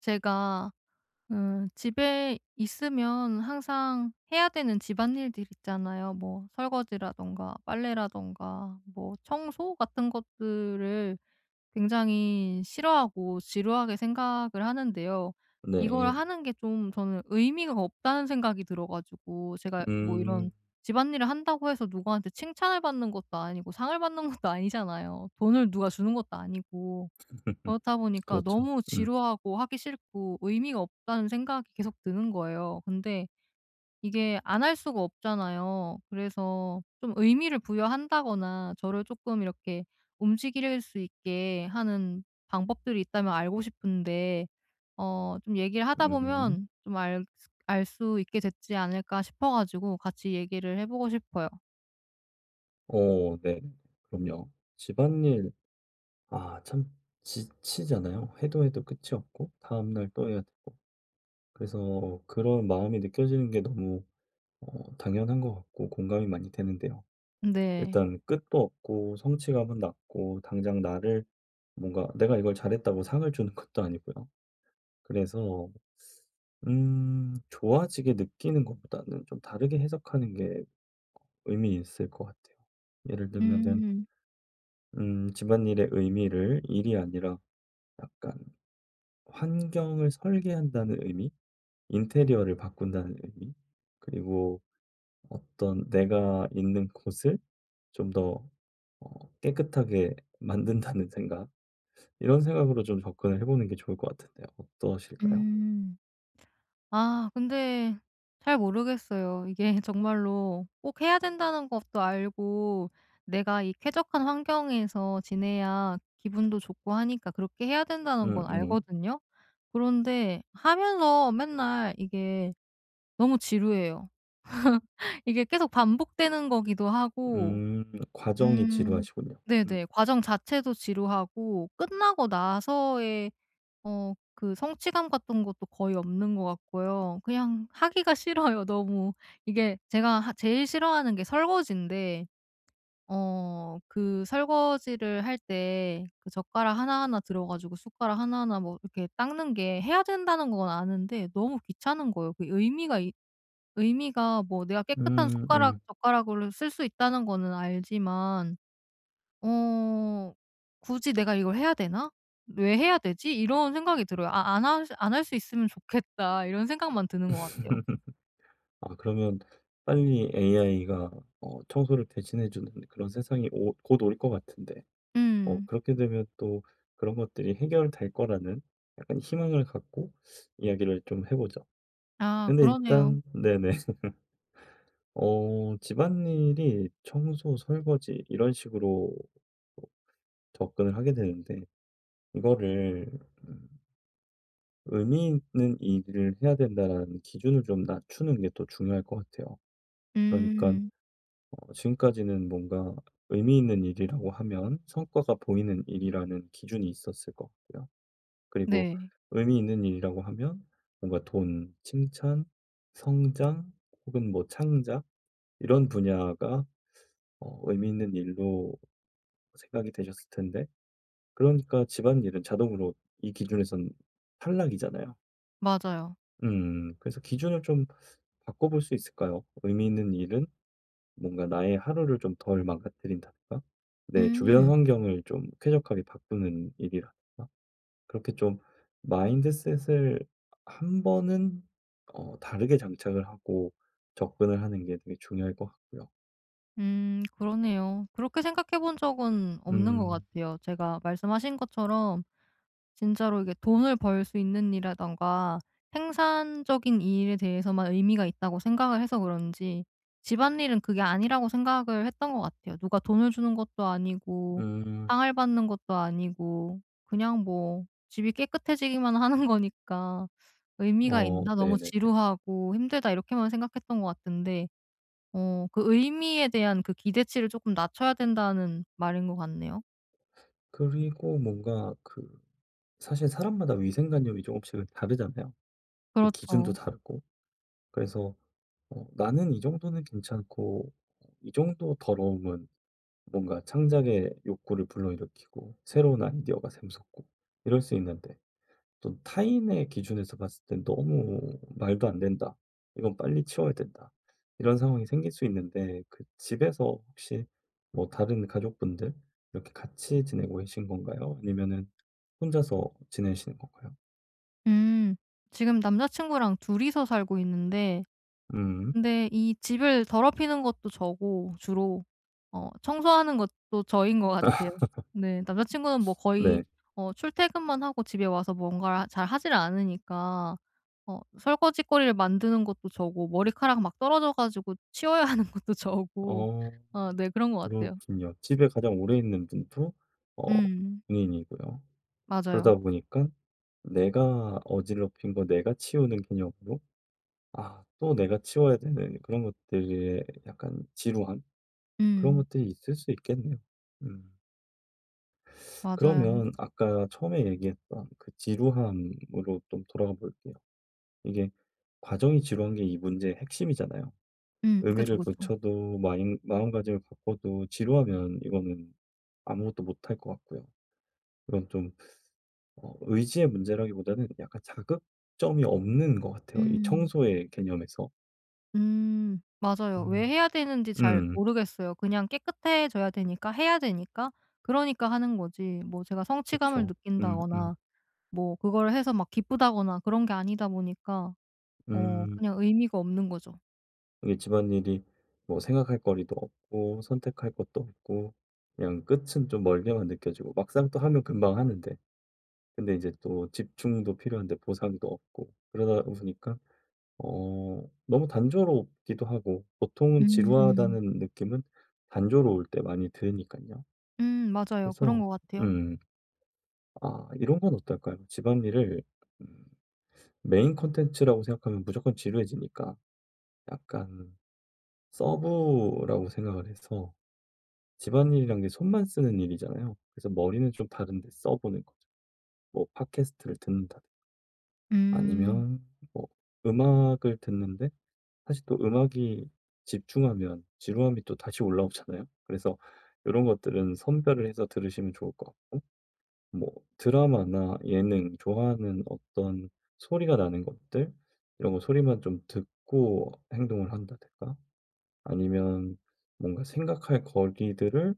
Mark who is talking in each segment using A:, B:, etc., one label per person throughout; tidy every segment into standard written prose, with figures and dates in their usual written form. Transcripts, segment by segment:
A: 제가 집에 있으면 항상 해야 되는 집안일들 있잖아요. 뭐 설거지라든가 빨래라든가 뭐 청소 같은 것들을 굉장히 싫어하고 지루하게 생각을 하는데요. 이걸
B: 네.
A: 하는 게 좀 저는 의미가 없다는 생각이 들어 가지고 제가 뭐 이런
B: 음.
A: 집안일을 한다고 해서 누구한테 칭찬을 받는 것도 아니고 상을 받는 것도 아니잖아요. 돈을 누가 주는 것도 아니고. 그렇다 보니까
B: 그렇죠.
A: 너무
B: 음.
A: 지루하고 하기 싫고 의미가 없다는 생각이 계속 드는 거예요. 근데 이게 안 할 수가 없잖아요. 그래서 좀 의미를 부여한다거나 저를 조금 이렇게 움직일 수 있게 하는 방법들이 있다면 알고 싶은데 좀 얘기를 하다
B: 음.
A: 보면 좀 알 수 있게 됐지 않을까 싶어 가지고 같이 얘기를 해 보고 싶어요.
B: 어 네. 그럼요. 집안일 아 참 지치잖아요. 해도 해도 끝이 없고 다음 날 또 해야 되고. 그래서 그런 마음이 느껴지는 게 너무 어 당연한 것 같고 공감이 많이 되는데요.
A: 네.
B: 일단 끝도 없고 성취감은 낮고 당장 나를 뭔가 내가 이걸 잘했다고 상을 주는 것도 아니고요. 그래서 좋아지게 느끼는 것보다는 좀 다르게 해석하는 게 의미 있을 것 같아요. 예를 들면은
A: 음.
B: 집안일의 의미를 일이 아니라 약간 환경을 설계한다는 의미, 인테리어를 바꾼다는 의미, 그리고 어떤 내가 있는 곳을 좀 더 어 깨끗하게 만든다는 생각, 이런 생각으로 좀 접근을 해 보는 게 좋을 것 같은데 어떠실까요?
A: 음. 아 근데 잘 모르겠어요. 이게 정말로 꼭 해야 된다는 것도 알고 내가 이 쾌적한 환경에서 지내야 기분도 좋고 하니까 그렇게 해야 된다는 건
B: 음음.
A: 알거든요. 그런데 하면서 맨날 이게 너무 지루해요. 이게 계속 반복되는 거기도 하고
B: 음, 과정이
A: 음
B: 지루하시군요. 음.
A: 네네. 과정 자체도 지루하고 끝나고 나서의 그 성취감 같은 것도 거의 없는 것 같고요. 그냥 하기가 싫어요 너무. 이게 제가 하 제일 싫어하는 게 설거지인데 그 설거지를 할 때 그 젓가락 하나하나 들어 가지고 숟가락 하나하나 뭐 이렇게 닦는 게 해야 된다는 건 아는데 너무 귀찮은 거예요. 의미가 뭐 내가 깨끗한 숟가락
B: 음음.
A: 젓가락으로 쓸 수 있다는 거는 알지만 어 '굳이 내가 이걸 해야 되나? 왜 해야 되지?' 이런 생각이 들어요. 아 안 할 수 있으면 좋겠다 이런 생각만 드는 것 같아요.
B: 아 그러면 빨리 AI가 어 청소를 대신해 주는 그런 세상이 오 곧 올 것 같은데 어
A: 음.
B: 그렇게 되면 또 그런 것들이 해결될 거라는 약간 희망을 갖고 이야기를 좀 해 보죠.
A: 아
B: 근데
A: 그러네요.
B: 일단 네네. 어 집안일이 청소, 설거지 이런 식으로 어 접근을 하게 되는데 이거를 음 '의미 있는 일을 해야 된다.'라는 기준을 좀 낮추는 게 또 중요할 것 같아요. 그러니까
A: 음.
B: 어 지금까지는 뭔가 의미 있는 일이라고 하면 성과가 보이는 일이라는 기준이 있었을 것 같고요. 그리고
A: 네.
B: 의미 있는 일이라고 하면 뭔가 돈, 칭찬, 성장 혹은 뭐 창작 이런 분야가 어 의미 있는 일로 생각이 되셨을 텐데 그러니까 집안일은 자동으로 이 기준에선 탈락이잖아요.
A: 맞아요.
B: 음. 그래서 기준을 좀 바꿔 볼 수 있을까요? 의미 있는 일은 뭔가 나의 하루를 좀 덜 망가뜨린다든가 내 주변
A: 음.
B: 환경을 좀 쾌적하게 바꾸는 일이라든가 그렇게 좀 마인드셋을 한 번은 어 다르게 장착을 하고 접근을 하는 게 되게 중요할 것 같고요.
A: 그러네요. 그렇게 생각해 본 적은 없는 것
B: 음.
A: 같아요. 제가 말씀하신 것처럼 진짜로 이게 돈을 벌 수 있는 일이라든가 생산적인 일에 대해서만 의미가 있다고 생각을 해서 그런지 집안일은 그게 아니라고 생각을 했던 것 같아요. 누가 돈을 주는 것도 아니고
B: 음.
A: 상을 받는 것도 아니고 그냥 뭐 집이 깨끗해지기만 하는 거니까 '의미가
B: 어
A: 있나? 너무
B: 네네네.
A: 지루하고 힘들다.' 이렇게만 생각했던 것 같은데 그 의미에 대한 그 기대치를 쪼끔 낮춰야 된다는 말인 것 같네요.
B: 그리고 뭔가 그 사실 사람마다 위생관념이 조금씩은 다르잖아요. 그 기준도
A: 그렇죠.
B: 다르고. 그래서 어 '나는 이 정도는 괜찮고 이 정도 더러움은' 뭔가 창작의 욕구를 불러일으키고 새로운 아이디어가 샘솟고 이럴 수 있는데 또 타인의 기준에서 봤을 땐 너무 '말도 안 된다. 이건 빨리 치워야 된다.' 이런 상황이 생길 수 있는데 그 집에서 혹시 뭐 다른 가족분들 이렇게 같이 지내고 계신 건가요? 아니면은 혼자서 지내시는 건가요?
A: 음. 지금 남자친구랑 둘이서 살고 있는데
B: 음
A: 근데 이 집을 더럽히는 것도 저고 주로 청소하는 것도 저인 것 같아요. 네. 남자친구는 뭐 거의
B: 네.
A: 출퇴근만 하고 집에 와서 뭔가를 잘 하질 않으니까 설거지거리를 만드는 것도 저고 머리카락 막 떨어져 가지고 치워야 하는 것도 저고
B: 어
A: 네 그런 것 같아요.
B: 그렇군요. 집에 가장 오래 있는 분도 어
A: 음.
B: 본인이고요.
A: 맞아요.
B: 그러다 보니까 내가 어지럽힌 거 내가 치우는 개념으로 아, 또 내가 치워야 되는 그런 것들의 약간 지루함? 그런
A: 음.
B: 것들이 있을 수 있겠네요. 음.
A: 맞아요.
B: 그러면 아까 처음에 얘기했던 그 지루함으로 좀 돌아가 볼게요. 이게 과정이 지루한 게 이 문제의 핵심이잖아요.
A: 음. 그죠,
B: 의미를
A: 그죠.
B: 붙여도 마 마음가짐을 바꿔도 지루하면 이거는 아무것도 못할 것 같고요. 이건 좀 어 의지의 문제라기보다는 약간 자극점이 없는 것 같아요, 이
A: 음.
B: 청소의 개념에서.
A: 음. 맞아요. 왜
B: 음.
A: 해야 되는지 잘
B: 음.
A: 모르겠어요. 그냥 깨끗해져야 되니까 해야 되니까 그러니까 하는 거지 뭐 제가
B: 그
A: 성취감을
B: 죠음 음.
A: 느낀다거나 뭐 그걸 해서 막 기쁘다거나 그런 게 아니다 보니까
B: 음.
A: 그냥 의미가 없는 거죠.
B: 이게 집안일이 뭐 생각할 거리도 없고 선택할 것도 없고 그냥 끝은 좀 멀게만 느껴지고 막상 또 하면 금방 하는데 근데 이제 또 집중도 필요한데 보상도 없고 그러다 보니까 어 너무 단조롭기도 하고 보통은
A: 음음.
B: 지루하다는 느낌은 단조로울 때 많이 드니까요.
A: 맞아요. 그런
B: 그래서
A: 것 같아요.
B: 음. 아, 이런 건 어떨까요? 집안일을 음, 메인 컨텐츠라고 생각하면 무조건 지루해지니까 약간 서브라고 생각을 해서 집안일이란 게 손만 쓰는 일이잖아요. 그래서 머리는 좀 다른데 써보는 거죠. 뭐 팟캐스트를 듣는다.
A: 음.
B: 아니면 뭐 음악을 듣는데 사실 또 음악이 집중하면 지루함이 또 다시 올라오잖아요. 그래서 이런 것들은 선별을 해서 들으시면 좋을 것 같고 뭐 드라마나 예능 좋아하는 어떤 소리가 나는 것들 이런 거 소리만 좀 듣고 행동을 한다든가 아니면 뭔가 생각할 거리들을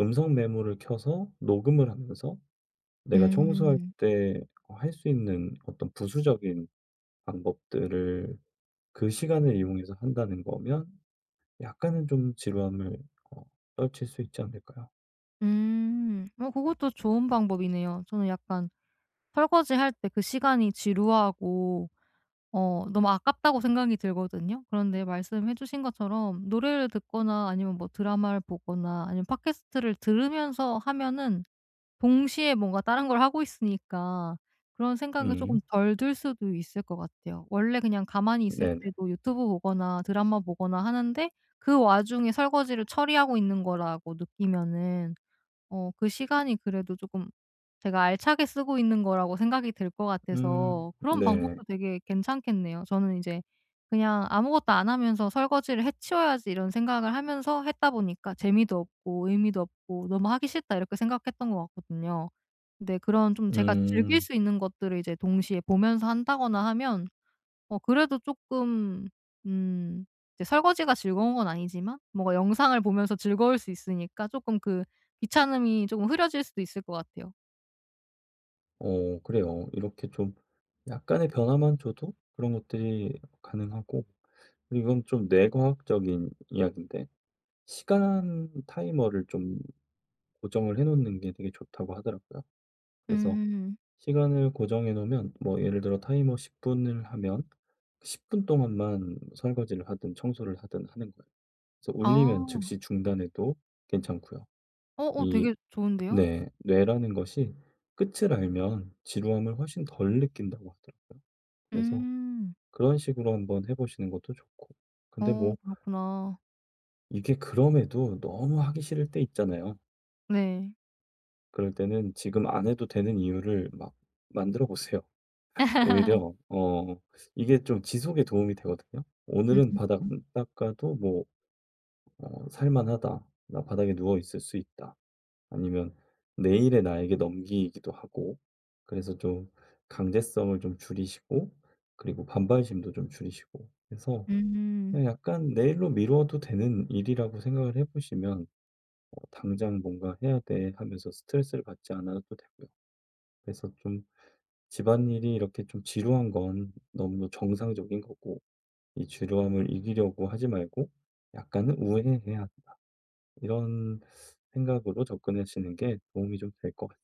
B: 음성 메모를 켜서 녹음을 하면서 내가 청소할
A: 음.
B: 때 할 수 있는 어떤 부수적인 방법들을 그 시간을 이용해서 한다는 거면 약간은 좀 지루함을 어, 떨칠 수 있지 않을까요?
A: 음. 뭐 그것도 좋은 방법이네요. 저는 약간 설거지할 때 그 시간이 지루하고 너무 아깝다고 생각이 들거든요. 그런데 말씀해 주신 것처럼 노래를 듣거나 아니면 뭐 드라마를 보거나 아니면 팟캐스트를 들으면서 하면은 동시에 뭔가 다른 걸 하고 있으니까 그런 생각이 조금
B: 음,
A: 덜 들 수도 있을 것 같아요. 원래 그냥 가만히 있을
B: 네네.
A: 때도 유튜브 보거나 드라마 보거나 하는데 그 와중에 설거지를 처리하고 있는 거라고 느끼면은 그 시간이 그래도 조금 제가 알차게 쓰고 있는 거라고 생각이 들 것
B: 음,
A: 같아서 그런
B: 네.
A: 방법도 되게 괜찮겠네요. 저는 이제 그냥 아무것도 안 하면서 '설거지를 해 치워야지.' 이런 생각을 하면서 했다 보니까 '재미도 없고 의미도 없고 너무 하기 싫다.' 이렇게 생각했던 것 같거든요. 근데 그런 좀 제가 즐길
B: 음.
A: 수 있는 것들을 이제 동시에 보면서 한다거나 하면 그래도 쪼끔 음 이제 설거지가 즐거운 건 아니지만 뭔가 영상을 보면서 즐거울 수 있으니까 쪼끔 그 귀찮음이 쪼금 흐려질 수도 있을 것 같아요.
B: 어 그래요. 이렇게 좀 약간의 변화만 줘도 그런 것들이 가능하고 그리고 이건 좀 뇌과학적인 이야기인데 시간 타이머를 좀 고정을 해 놓는 게 되게 좋다고 하더라고요. 그래서
A: 음.
B: 시간을 고정해 놓으면 뭐 예를 들어 타이머 10 분을 하면 10분 동안만 설거지를 하든 청소를 하든 하는 거예요. 그래서 울리면
A: 아.
B: 즉시 중단해도 괜찮고요.
A: 어어
B: 이
A: 되게 좋은데요?
B: 네. 뇌라는 것이 끝을 알면 지루함을 훨씬 덜 느낀다고 하더라고요. 그래서
A: 음.
B: 그런 식으로 한번 해 보시는 것도 좋고. 근데 뭐
A: 그렇구나.
B: 이게 그럼에도 너무 하기 싫을 때 있잖아요.
A: 네.
B: 그럴 때는 지금 안 해도 되는 이유를 막 만들어 보세요. 오히려 어 이게 좀 지속에 도움이 되거든요. '오늘은
A: 음.
B: 바닥 안 닦아도 뭐 어 살 만하다. 나 바닥에 누워 있을 수 있다.' 아니면 내일의 나에게 넘기기도 하고 그래서 좀 강제성을 좀 줄이시고 그리고 반발심도 좀 줄이시고 해서
A: 음.
B: 그냥 약간 '내일로 미뤄도 되는 일이라고 생각을 해 보시면 어 당장 뭔가 해야 돼.' 하면서 스트레스를 받지 않아도 되고요. 그래서 좀 집안일이 이렇게 좀 지루한 건 너무 정상적인 거고 이 지루함을 이기려고 하지 말고 약간은 우회해야 한다. 이런 생각으로 접근하시는 게 도움이 좀 될 것 같아요.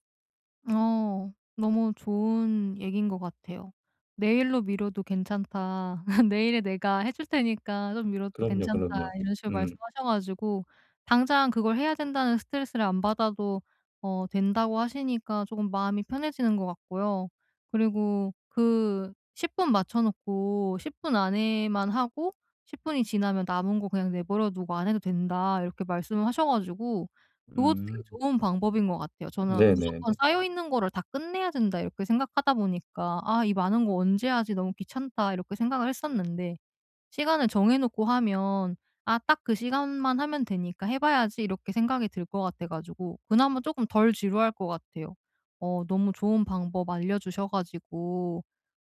A: 어. 너무 좋은 얘기인 것 같아요. "내일로 미뤄도 괜찮다. 내일에 내가 해줄 테니까 좀 미뤄도
B: 그럼요,
A: 괜찮다."
B: 그럼요.
A: 이런 식으로
B: 음.
A: 말씀하셔 가지고 당장 그걸 해야 된다는 스트레스를 안 받아도 된다고 하시니까 조금 마음이 편해지는 것 같고요. 그리고 그 10분 맞춰 놓고 10분 안에만 하고 10 분이 지나면 남은 거 그냥 내버려 두고 안 해도 된다 이렇게 말씀을 하셔 가지고 그것도 되게
B: 음.
A: 좋은 방법인 것 같아요. 저는 '무조건
B: 네네네.
A: 쌓여 있는 거를 다 끝내야 된다.' 이렇게 생각하다 보니까 '아 이 많은 거 언제 하지? 너무 귀찮다.' 이렇게 생각을 했었는데 시간을 정해 놓고 하면 '아 딱 그 시간만 하면 되니까 해 봐야지.' 이렇게 생각이 들 것 같아 가지고 그나마 쪼끔 덜 지루할 것 같아요. 너무 좋은 방법 알려 주셔 가지고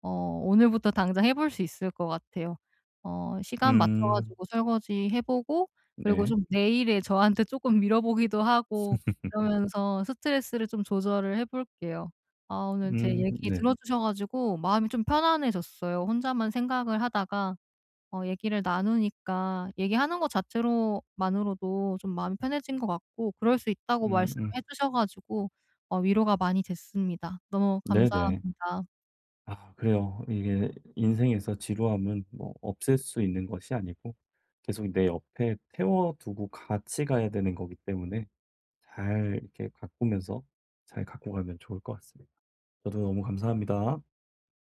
A: 어 오늘부터 당장 해볼 수 있을 것 같아요. 시간 맞춰
B: 음.
A: 가지고 설거지 해 보고 그리고
B: 네.
A: 좀 내일에 저한테 쪼끔 미뤄 보기도 하고 그러면서 스트레스를 좀 조절을 해 볼게요. 아 오늘 제
B: 음.
A: 얘기
B: 네네.
A: 들어 주셔 가지고 마음이 좀 편안해졌어요. 혼자만 생각을 하다가 얘기를 나누니까 얘기하는 것 자체로 만으로도 좀 마음이 편해진 것 같고 그럴 수 있다고 말씀을
B: 음음.
A: 해 주셔 가지고 위로가 많이 됐습니다. 너무
B: 네네.
A: 감사합니다.
B: 아 그래요. 이게 인생에서 지루함은 뭐 없앨 수 있는 것이 아니고 계속 내 옆에 태워두고 같이 가야 되는 거기 때문에 잘 이렇게 가꾸면서 잘 갖고 가면 좋을 것 같습니다. 저도 너무 감사합니다.